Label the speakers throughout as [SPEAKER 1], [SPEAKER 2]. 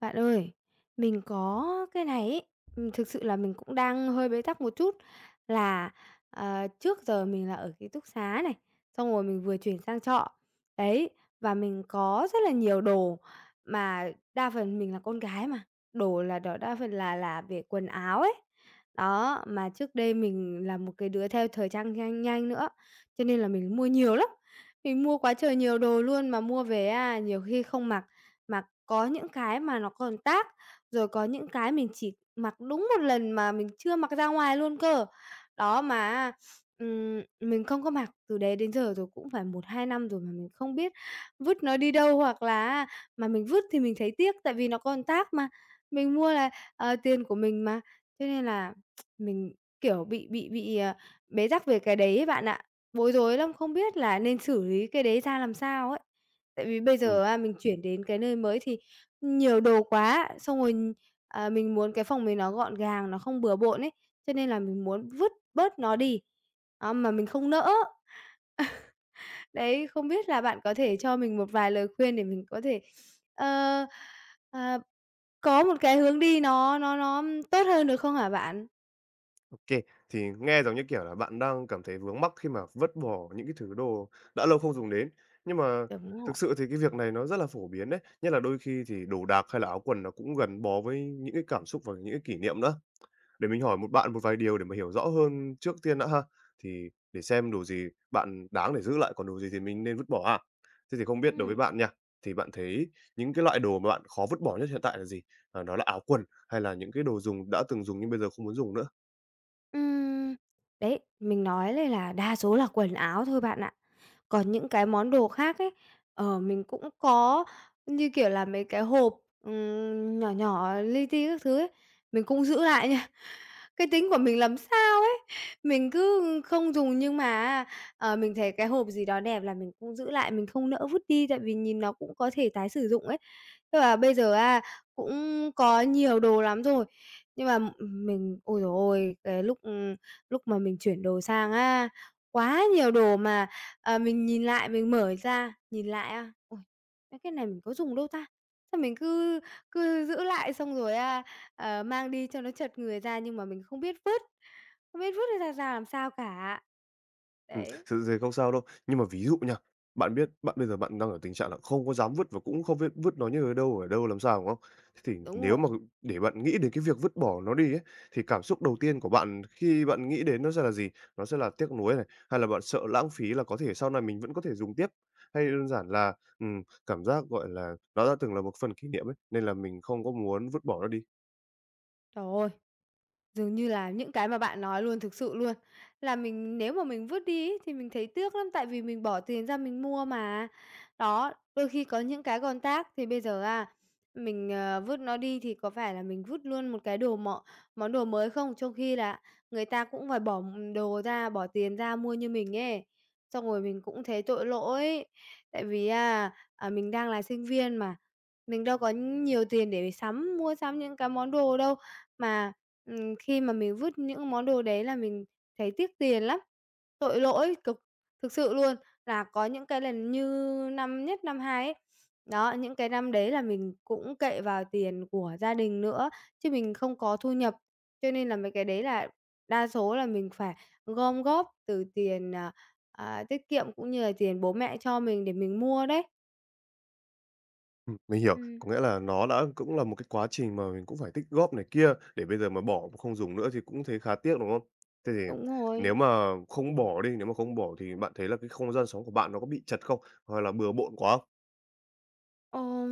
[SPEAKER 1] Bạn ơi, mình có cái này ấy, thực sự là mình cũng đang hơi bế tắc một chút là, trước giờ mình là ở ký túc xá này, xong rồi mình vừa chuyển sang trọ. Đấy, và mình có rất là nhiều đồ mà đa phần mình là con gái mà, đồ là đó đa phần là về quần áo ấy. Đó, mà trước đây mình là một cái đứa theo thời trang nhanh nhanh nữa, cho nên là mình mua nhiều lắm, mình mua quá trời nhiều đồ luôn mà mua về á, nhiều khi không mặc mà có những cái mà nó còn tác, rồi có những cái mình chỉ mặc đúng một lần mà mình chưa mặc ra ngoài luôn cơ. Đó, mà mình không có mặc từ đấy đến giờ rồi cũng phải một 2 năm rồi mà mình không biết vứt nó đi đâu, hoặc là mà mình vứt thì mình thấy tiếc, tại vì nó còn tác mà, mình mua là, tiền của mình mà. Cho nên là mình, kiểu, bị bế tắc về cái đấy ấy bạn ạ. Bối rối lắm, không biết là nên xử lý cái đấy ra làm sao ấy. Tại vì bây
[SPEAKER 2] Ừm,
[SPEAKER 1] giờ á, mình chuyển đến cái nơi mới thì nhiều đồ quá, xong rồi, à, mình muốn cái phòng mình nó gọn gàng, nó không bừa bộn ấy, cho nên là mình muốn vứt bớt nó đi, đó, mà mình không nỡ. Đấy, không biết là bạn có thể cho mình một vài lời khuyên để mình có thể, ờ, ờ, có một cái hướng đi nó tốt hơn được không hả bạn?
[SPEAKER 2] ô Thì nghe giống như, kiểu là, bạn đang cảm thấy vướng mắc khi mà vứt bỏ những cái thứ đồ đã lâu không dùng đến. Nhưng mà
[SPEAKER 1] Đúng
[SPEAKER 2] thực
[SPEAKER 1] rồi.
[SPEAKER 2] sự thì cái việc này nó rất là phổ biến đấy, nhất là đôi khi thì đồ đạc hay là áo quần nó cũng gắn bó với những cái cảm xúc và những cái kỷ niệm nữa. Để mình hỏi một bạn một vài điều để mà hiểu rõ hơn trước tiên đã ha, thì để xem đồ gì bạn đáng để giữ lại, còn đồ gì thì mình nên vứt bỏ ha. Thế thì không biết đối
[SPEAKER 1] Ừm.
[SPEAKER 2] với bạn nha, thì bạn thấy những cái loại đồ mà bạn khó vứt bỏ nhất hiện tại là gì? Đó là áo quần hay là những cái đồ dùng đã từng dùng nhưng bây giờ không muốn dùng nữa?
[SPEAKER 1] Ừm, đấy, mình nói đây là đa số là quần áo thôi bạn ạ. Còn những cái món đồ khác ấy, mình cũng có, như kiểu là, mấy cái hộp, nhỏ nhỏ li ti các thứ ấy, mình cũng giữ lại nha. Cái tính của mình làm sao ấy, mình cứ không dùng nhưng mà mình thấy cái hộp gì đó đẹp là mình cũng giữ lại, mình không nỡ vứt đi tại vì nhìn nó cũng có thể tái sử dụng ấy. Nhưng mà bây giờ à cũng có nhiều đồ lắm rồi, nhưng mà, mình ôi giời ôi, cái lúc, ừ, lúc mà mình chuyển đồ sang á, quá nhiều đồ mà, mình nhìn lại mình mở ra, nhìn lại á, ôi, mấy cái này mình có dùng đâu ta? Sao mình cứ cứ giữ lại xong rồi á, mang đi cho nó chật người ra nhưng mà mình không biết vứt, không biết vứt ra ra làm sao cả. Đấy,
[SPEAKER 2] Thực ra thì không sao đâu. Nhưng mà ví dụ nha, bạn biết bạn bây giờ bạn đang ở tình trạng là không có dám vứt và cũng không biết vứt nó như ở đâu, làm sao, đúng không? Thế thì
[SPEAKER 1] đúng
[SPEAKER 2] nếu
[SPEAKER 1] rồi.
[SPEAKER 2] mà để bạn nghĩ đến cái việc vứt bỏ nó đi ấy, thì cảm xúc đầu tiên của bạn khi bạn nghĩ đến nó sẽ là gì? Nó sẽ là tiếc nuối này, hay là bạn sợ lãng phí là có thể sau này mình vẫn có thể dùng tiếp, hay đơn giản là, cảm giác, gọi là, nó đã từng là một phần kỷ niệm ấy, nên là mình không có muốn vứt bỏ nó đi?
[SPEAKER 1] Trời ơi! Dường như là những cái mà bạn nói luôn, thực sự luôn, là mình nếu mà mình vứt đi ấy, thì mình thấy tiếc lắm, tại vì mình bỏ tiền ra mình mua mà. Đó, đôi khi có những cái còn tác thì bây giờ à mình, vứt nó đi thì có phải là mình vứt luôn một cái đồ mọ món đồ mới không? Trong khi là người ta cũng phải bỏ, đồ ra, bỏ tiền ra mua như mình ấy. Xong rồi mình cũng thấy tội lỗi, tại vì á, à, mình đang là sinh viên mà, mình đâu có nhiều tiền để mua sắm những cái món đồ đâu. Mà, khi mà mình vứt những món đồ đấy là mình thấy tiếc tiền lắm, tội lỗi cực, thực sự luôn. Là có những cái lần như năm nhất, năm hai ấy, đó, những cái năm đấy là mình cũng cậy vào tiền của gia đình nữa, chứ mình không có thu nhập. Cho nên là mấy cái đấy là đa số là mình phải gom góp từ tiền, tiết kiệm cũng như là tiền bố mẹ cho mình để mình mua đấy.
[SPEAKER 2] Mình hiểu.
[SPEAKER 1] Ừm.
[SPEAKER 2] Có nghĩa là nó đã cũng là một cái quá trình mà mình cũng phải tích góp này kia, để bây giờ mà bỏ mà không dùng nữa thì cũng thấy khá tiếc, đúng không? Thế thì
[SPEAKER 1] Đúng
[SPEAKER 2] nếu
[SPEAKER 1] rồi.
[SPEAKER 2] mà không bỏ đi, nếu mà không bỏ thì bạn thấy là cái không gian sống của bạn nó có bị chật không? Hoặc là bừa bộn quá không?
[SPEAKER 1] Ờ.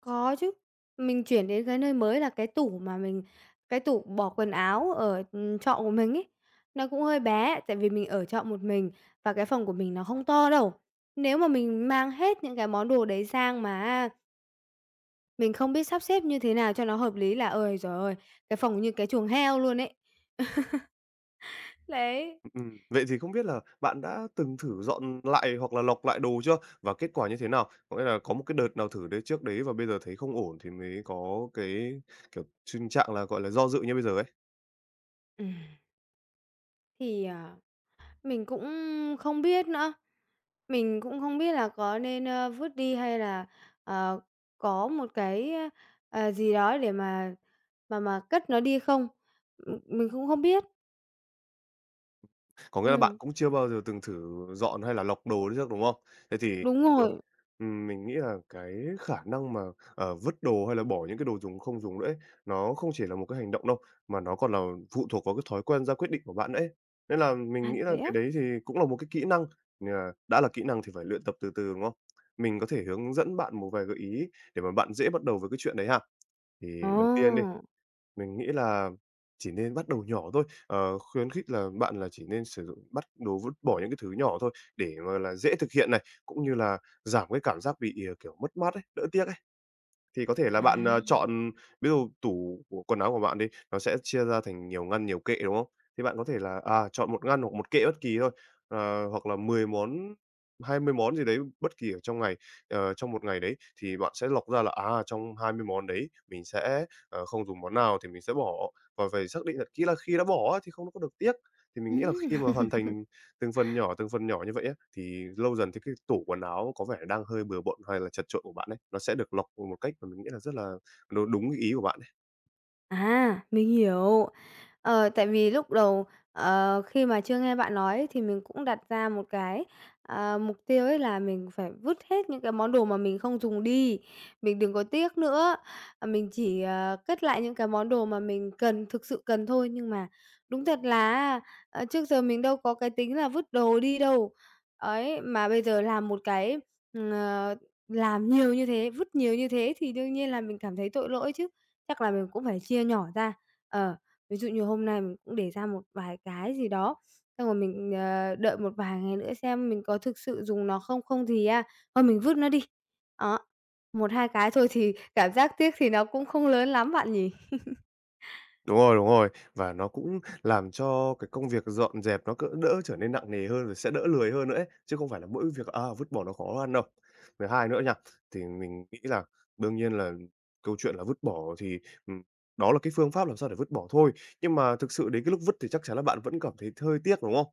[SPEAKER 1] Có chứ. Mình chuyển đến cái nơi mới là cái tủ bỏ quần áo ở, trọ của mình ấy, nó cũng hơi bé, tại vì mình ở trọ một mình và cái phòng của mình nó không to đâu. Nếu mà mình mang hết những cái món đồ đấy sang mà á mình không biết sắp xếp như thế nào cho nó hợp lý là, ơi giời ơi, cái phòng như cái chuồng heo luôn ấy. Đấy.
[SPEAKER 2] Vậy thì không biết là bạn đã từng thử dọn lại hoặc là lọc lại đồ chưa? Và kết quả như thế nào? Có nghĩa là có một cái đợt nào thử đấy trước đấy và bây giờ thấy không ổn thì mới có cái, kiểu, tình trạng là, gọi là, do dự như bây giờ ấy?
[SPEAKER 1] Ừm, thì, ờ, mình cũng không biết nữa. Mình cũng không biết là có nên, vứt đi hay là, ờ, có một cái, gì đó để mà cất nó đi không? Mình cũng không biết.
[SPEAKER 2] Có nghĩa là bạn
[SPEAKER 1] Ừm,
[SPEAKER 2] cũng chưa bao giờ từng thử dọn hay là lọc đồ trước, đúng không? Thế thì
[SPEAKER 1] đúng
[SPEAKER 2] được rồi,
[SPEAKER 1] rồi.
[SPEAKER 2] mình nghĩ là cái khả năng mà, vứt đồ hay là bỏ những cái đồ dùng không dùng đấy nó không chỉ là một cái hành động đâu, mà nó còn là phụ thuộc vào cái thói quen ra quyết định của bạn đấy. Nên là mình
[SPEAKER 1] À,
[SPEAKER 2] nghĩ là
[SPEAKER 1] thế
[SPEAKER 2] cái
[SPEAKER 1] á?
[SPEAKER 2] đấy thì cũng là một cái kỹ năng, nên là đã là kỹ năng thì phải luyện tập từ từ, đúng không? Mình có thể hướng dẫn bạn một vài gợi ý để mà bạn dễ bắt đầu với cái chuyện đấy ha. Thì
[SPEAKER 1] Ồ,
[SPEAKER 2] đầu tiên đi mình nghĩ là chỉ nên bắt đầu nhỏ thôi, khuyến khích là bạn là chỉ nên sử dụng bắt đồ vứt bỏ những cái thứ nhỏ thôi để mà là dễ thực hiện này, cũng như là giảm cái cảm giác bị, kiểu, mất mát ấy, đỡ tiếc ấy. Thì có thể là
[SPEAKER 1] à,
[SPEAKER 2] bạn, chọn ví dụ tủ của quần áo của bạn đi, nó sẽ chia ra thành nhiều ngăn, nhiều kệ, đúng không? Thì bạn có thể là, à, chọn một ngăn hoặc một kệ bất kỳ thôi, hoặc là 10 món, 20 món gì đấy bất kỳ ở trong ngày, trong một ngày đấy, thì bạn sẽ lọc ra là, à, trong 20 món đấy mình sẽ, không dùng món nào thì mình sẽ bỏ, và phải xác định thật kỹ là khi đã bỏ á thì không có được tiếc. Thì mình nghĩ là
[SPEAKER 1] ừm.
[SPEAKER 2] khi mà hoàn thành từng phần nhỏ như vậy á, thì lâu dần thì cái tủ quần áo có vẻ đang hơi bừa bộn hay là chật chội của bạn ấy, nó sẽ được lọc một cách mà mình nghĩ là rất là nó đúng ý của bạn.
[SPEAKER 1] À, mình hiểu. Ờ, tại vì lúc đầu, khi mà chưa nghe bạn nói thì mình cũng đặt ra một cái, mục tiêu ấy là mình phải vứt hết những cái món đồ mà mình không dùng đi, mình đừng có tiếc nữa. Mình chỉ, cất lại những cái món đồ mà mình cần, thực sự cần thôi, nhưng mà đúng thật là trước giờ mình đâu có cái tính là vứt đồ đi đâu. Ấy, mà bây giờ làm một cái, ừm, ờ, làm nhiều như thế, vứt nhiều như thế thì đương nhiên là mình cảm thấy tội lỗi chứ. Chắc là mình cũng phải chia nhỏ ra. Ờ, ví dụ như hôm nay mình cũng để ra một vài cái gì đó, xong rồi mình, đợi một vài ngày nữa xem mình có thực sự dùng nó không, không thì à, thôi mình vứt nó đi. Đó, một 2 cái thôi thì cảm giác tiếc thì nó cũng không lớn lắm bạn nhỉ?
[SPEAKER 2] Đúng rồi, đúng rồi. Và nó cũng làm cho cái công việc dọn dẹp nó cỡ đỡ trở nên nặng nề hơn, rồi sẽ đỡ lười hơn nữa ấy, chứ không phải là mỗi việc, à, vứt bỏ nó khó ăn đâu. Thứ hai nữa nha, thì mình nghĩ là đương nhiên là câu chuyện là vứt bỏ thì, ừm, đó là cái phương pháp làm sao để vứt bỏ thôi, nhưng mà thực sự đến cái lúc vứt thì chắc chắn là bạn vẫn cảm thấy hơi tiếc, đúng không?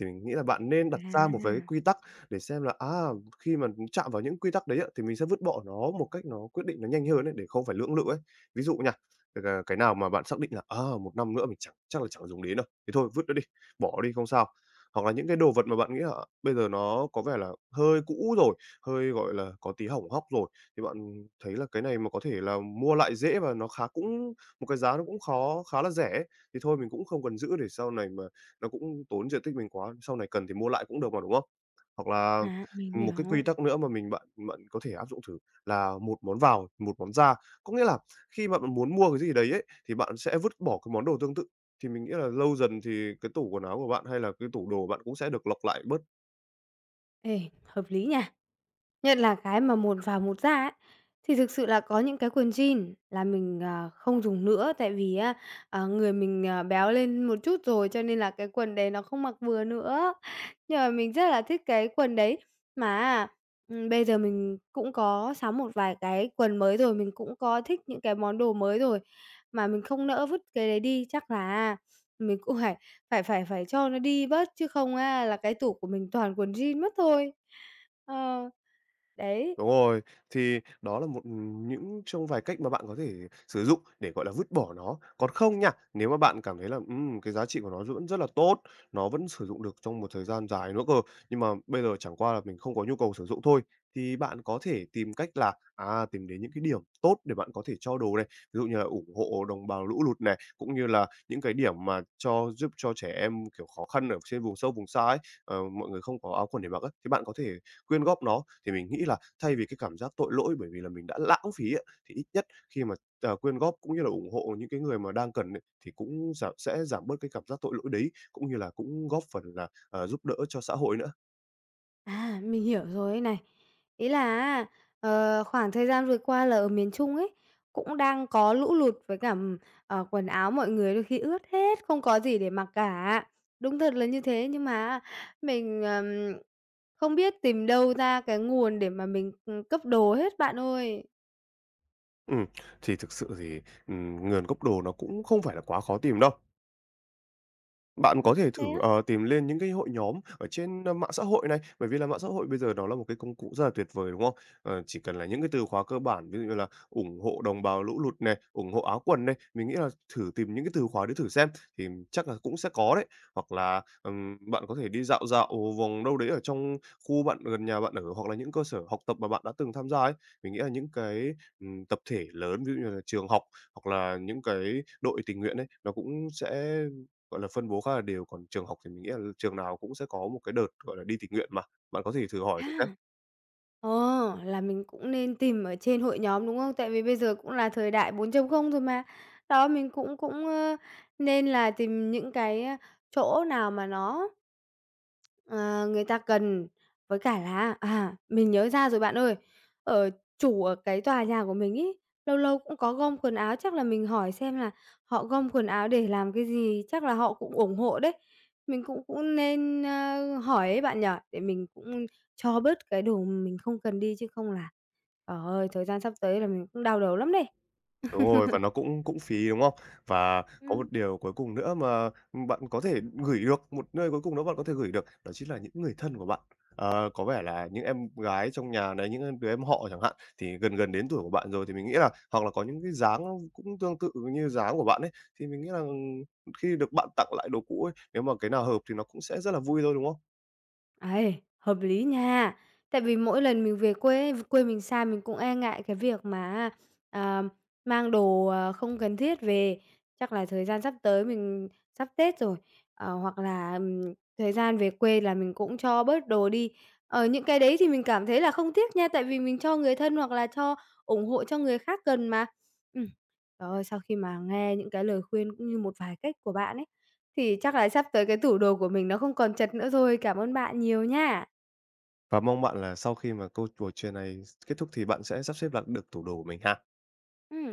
[SPEAKER 2] Thì mình nghĩ là bạn nên đặt ra một vài cái
[SPEAKER 1] À,
[SPEAKER 2] quy tắc để xem là, à, khi mà chạm vào những quy tắc đấy á, thì mình sẽ vứt bỏ nó một cách nó quyết định nó nhanh hơn ấy, để không phải lưỡng lự ấy. Ví dụ nha, cái nào mà bạn xác định là, 1 năm nữa mình chẳng chắc là chẳng dùng đến đâu, thế thôi vứt nó đi, bỏ đi không sao. Hoặc là những cái đồ vật mà bạn nghĩ là "Ờ, bây giờ nó có vẻ là hơi cũ rồi, hơi, gọi là, có tí hỏng hóc rồi, thì bạn thấy là cái này mà có thể là mua lại dễ và nó khá cũng một cái giá nó cũng khó khá là rẻ ấy, thì thôi mình cũng không cần giữ để sau này mà nó cũng tốn diện tích mình quá, sau này cần thì mua lại cũng được mà, đúng không? Hoặc là
[SPEAKER 1] à, mình
[SPEAKER 2] một cái quy
[SPEAKER 1] hiểu.
[SPEAKER 2] tắc nữa mà mình bạn bạn có thể áp dụng thử là một món vào, một món ra. Có nghĩa là khi mà bạn muốn mua cái gì đấy ấy, thì bạn sẽ vứt bỏ cái món đồ tương tự. Thì mình nghĩ là lâu dần thì cái tủ quần áo của bạn hay là cái tủ đồ bạn cũng sẽ được lọc lại bớt.
[SPEAKER 1] Ê, hợp lý nha. Nhất là cái mà một vào một ra ấy, thì thực sự là có những cái quần jean là mình, à, không dùng nữa, tại vì á, người mình, béo lên một chút rồi, cho nên là cái quần đấy nó không mặc vừa nữa. Nhưng mà mình rất là thích cái quần đấy, mà á, bây giờ mình cũng có sắm một vài cái quần mới rồi, mình cũng có thích những cái món đồ mới rồi, mà mình không nỡ vứt cái đấy đi. Chắc là mình cũng phải phải cho nó đi bớt, chứ không á là cái tủ của mình toàn quần jean mất thôi. Ờ. Đấy,
[SPEAKER 2] Đúng rồi, thì đó là một, những trong vài cách mà bạn có thể sử dụng để, gọi là, vứt bỏ nó. Còn không nha, nếu mà bạn cảm thấy là, cái giá trị của nó vẫn rất là tốt, nó vẫn sử dụng được trong một thời gian dài nữa cơ, nhưng mà bây giờ chẳng qua là mình không có nhu cầu sử dụng thôi, thì bạn có thể tìm cách là, à, tìm đến những cái điểm tốt để bạn có thể cho đồ này, ví dụ như là ủng hộ đồng bào lũ lụt này, cũng như là những cái điểm mà cho giúp cho trẻ em, kiểu, khó khăn ở trên vùng sâu vùng xa ấy, mọi người không có áo quần để mặc á, thì bạn có thể quyên góp nó. Thì mình nghĩ là thay vì cái cảm giác tội lỗi bởi vì là mình đã lãng phí ấy, thì ít nhất khi mà, quyên góp cũng như là ủng hộ những cái người mà đang cần ấy, thì cũng sẽ giảm bớt cái cảm giác tội lỗi đấy, cũng như là cũng góp phần là, giúp đỡ cho xã hội nữa.
[SPEAKER 1] à, mình hiểu rồi ấy này. Ý là á, khoảng thời gian vừa qua là ở miền Trung ấy, cũng đang có lũ lụt với cả, quần áo mọi người đôi khi ướt hết, không có gì để mặc cả. Đúng thật là như thế, nhưng mà mình, không biết tìm đâu ra cái nguồn để mà mình, cấp đồ hết bạn ơi.
[SPEAKER 2] Ừ, thì thực sự thì, nguồn gốc đồ nó cũng không phải là quá khó tìm đâu. Bạn
[SPEAKER 1] Ơ,
[SPEAKER 2] có thể thử,
[SPEAKER 1] thế á?
[SPEAKER 2] tìm lên những cái hội nhóm ở trên, mạng xã hội này, bởi vì là mạng xã hội bây giờ nó là một cái công cụ rất là tuyệt vời, đúng không? Ờ, chỉ cần là những cái từ khóa cơ bản, ví dụ như là ủng hộ đồng bào lũ lụt này, ủng hộ áo quần này, mình nghĩ là thử tìm những cái từ khóa để thử xem, thì chắc là cũng sẽ có đấy. Hoặc là, bạn có thể đi dạo dạo vòng đâu đấy ở trong khu bạn gần nhà bạn ở, hoặc là những cơ sở học tập mà bạn đã từng tham gia ấy. Mình nghĩ là những cái, tập thể lớn, ví dụ như là trường học, hoặc là những cái đội tình nguyện ấy, nó cũng sẽ gọi là, phân bố khá là đều, còn trường học thì mình nghĩ là trường nào cũng sẽ có một cái đợt, gọi là, đi tình nguyện mà, bạn có thể thử hỏi thử xem.
[SPEAKER 1] À. Ờ, là mình cũng nên tìm ở trên hội nhóm, đúng không? Tại vì bây giờ cũng là thời đại 4 không rồi mà. Đó, mình cũng cũng, ơ, nên là tìm những cái, chỗ nào mà nó Ờ, người ta cần, với cả là à, mình nhớ ra rồi bạn ơi, ở ở cái tòa nhà của mình ấy, lâu lâu cũng có gom quần áo, chắc là mình hỏi xem là họ gom quần áo để làm cái gì, chắc là họ cũng ủng hộ đấy. Mình cũng cũng nên, hỏi ấy bạn nhở để mình cũng cho bớt cái đồ mình không cần đi chứ không là, trời ơi, thời gian sắp tới là mình cũng đau đầu lắm đây.
[SPEAKER 2] Đúng rồi, và nó cũng cũng phí, đúng không? Và có
[SPEAKER 1] Ừm.
[SPEAKER 2] một điều cuối cùng nữa mà, bạn có thể gửi được, một nơi cuối cùng đó bạn có thể gửi được, đó chính là những người thân của bạn. Ờ, có vẻ là những em gái trong nhà này, những đứa em họ chẳng hạn, thì gần gần đến tuổi của bạn rồi thì mình nghĩ là hoặc là có những cái dáng nó cũng tương tự như dáng của bạn ấy, thì mình nghĩ là ừ, khi được bạn tặng lại đồ cũ ấy, nếu mà cái nào hợp thì nó cũng sẽ rất là vui thôi, đúng không?
[SPEAKER 1] Ấy, hợp lý nha. Tại vì mỗi lần mình về quê quê mình xa mình cũng e ngại cái việc mà, ờ, mang đồ, không cần thiết về. Chắc là thời gian sắp tới mình sắp Tết rồi, hoặc là, thời gian về quê là mình cũng cho bớt đồ đi. Ở những cái đấy thì mình cảm thấy là không tiếc nha, tại vì mình cho người thân hoặc là cho ủng hộ cho người khác cần mà. Ừm. Trời ơi, sau khi mà nghe những cái lời khuyên cũng như một vài cách của bạn ấy, thì chắc là sắp tới cái tủ đồ của mình nó không còn chật nữa rồi. Cảm ơn bạn nhiều nha.
[SPEAKER 2] Và mong bạn là sau khi mà câu trò chuyện này kết thúc thì bạn sẽ sắp xếp lại được tủ đồ của mình ha.
[SPEAKER 1] Ừm.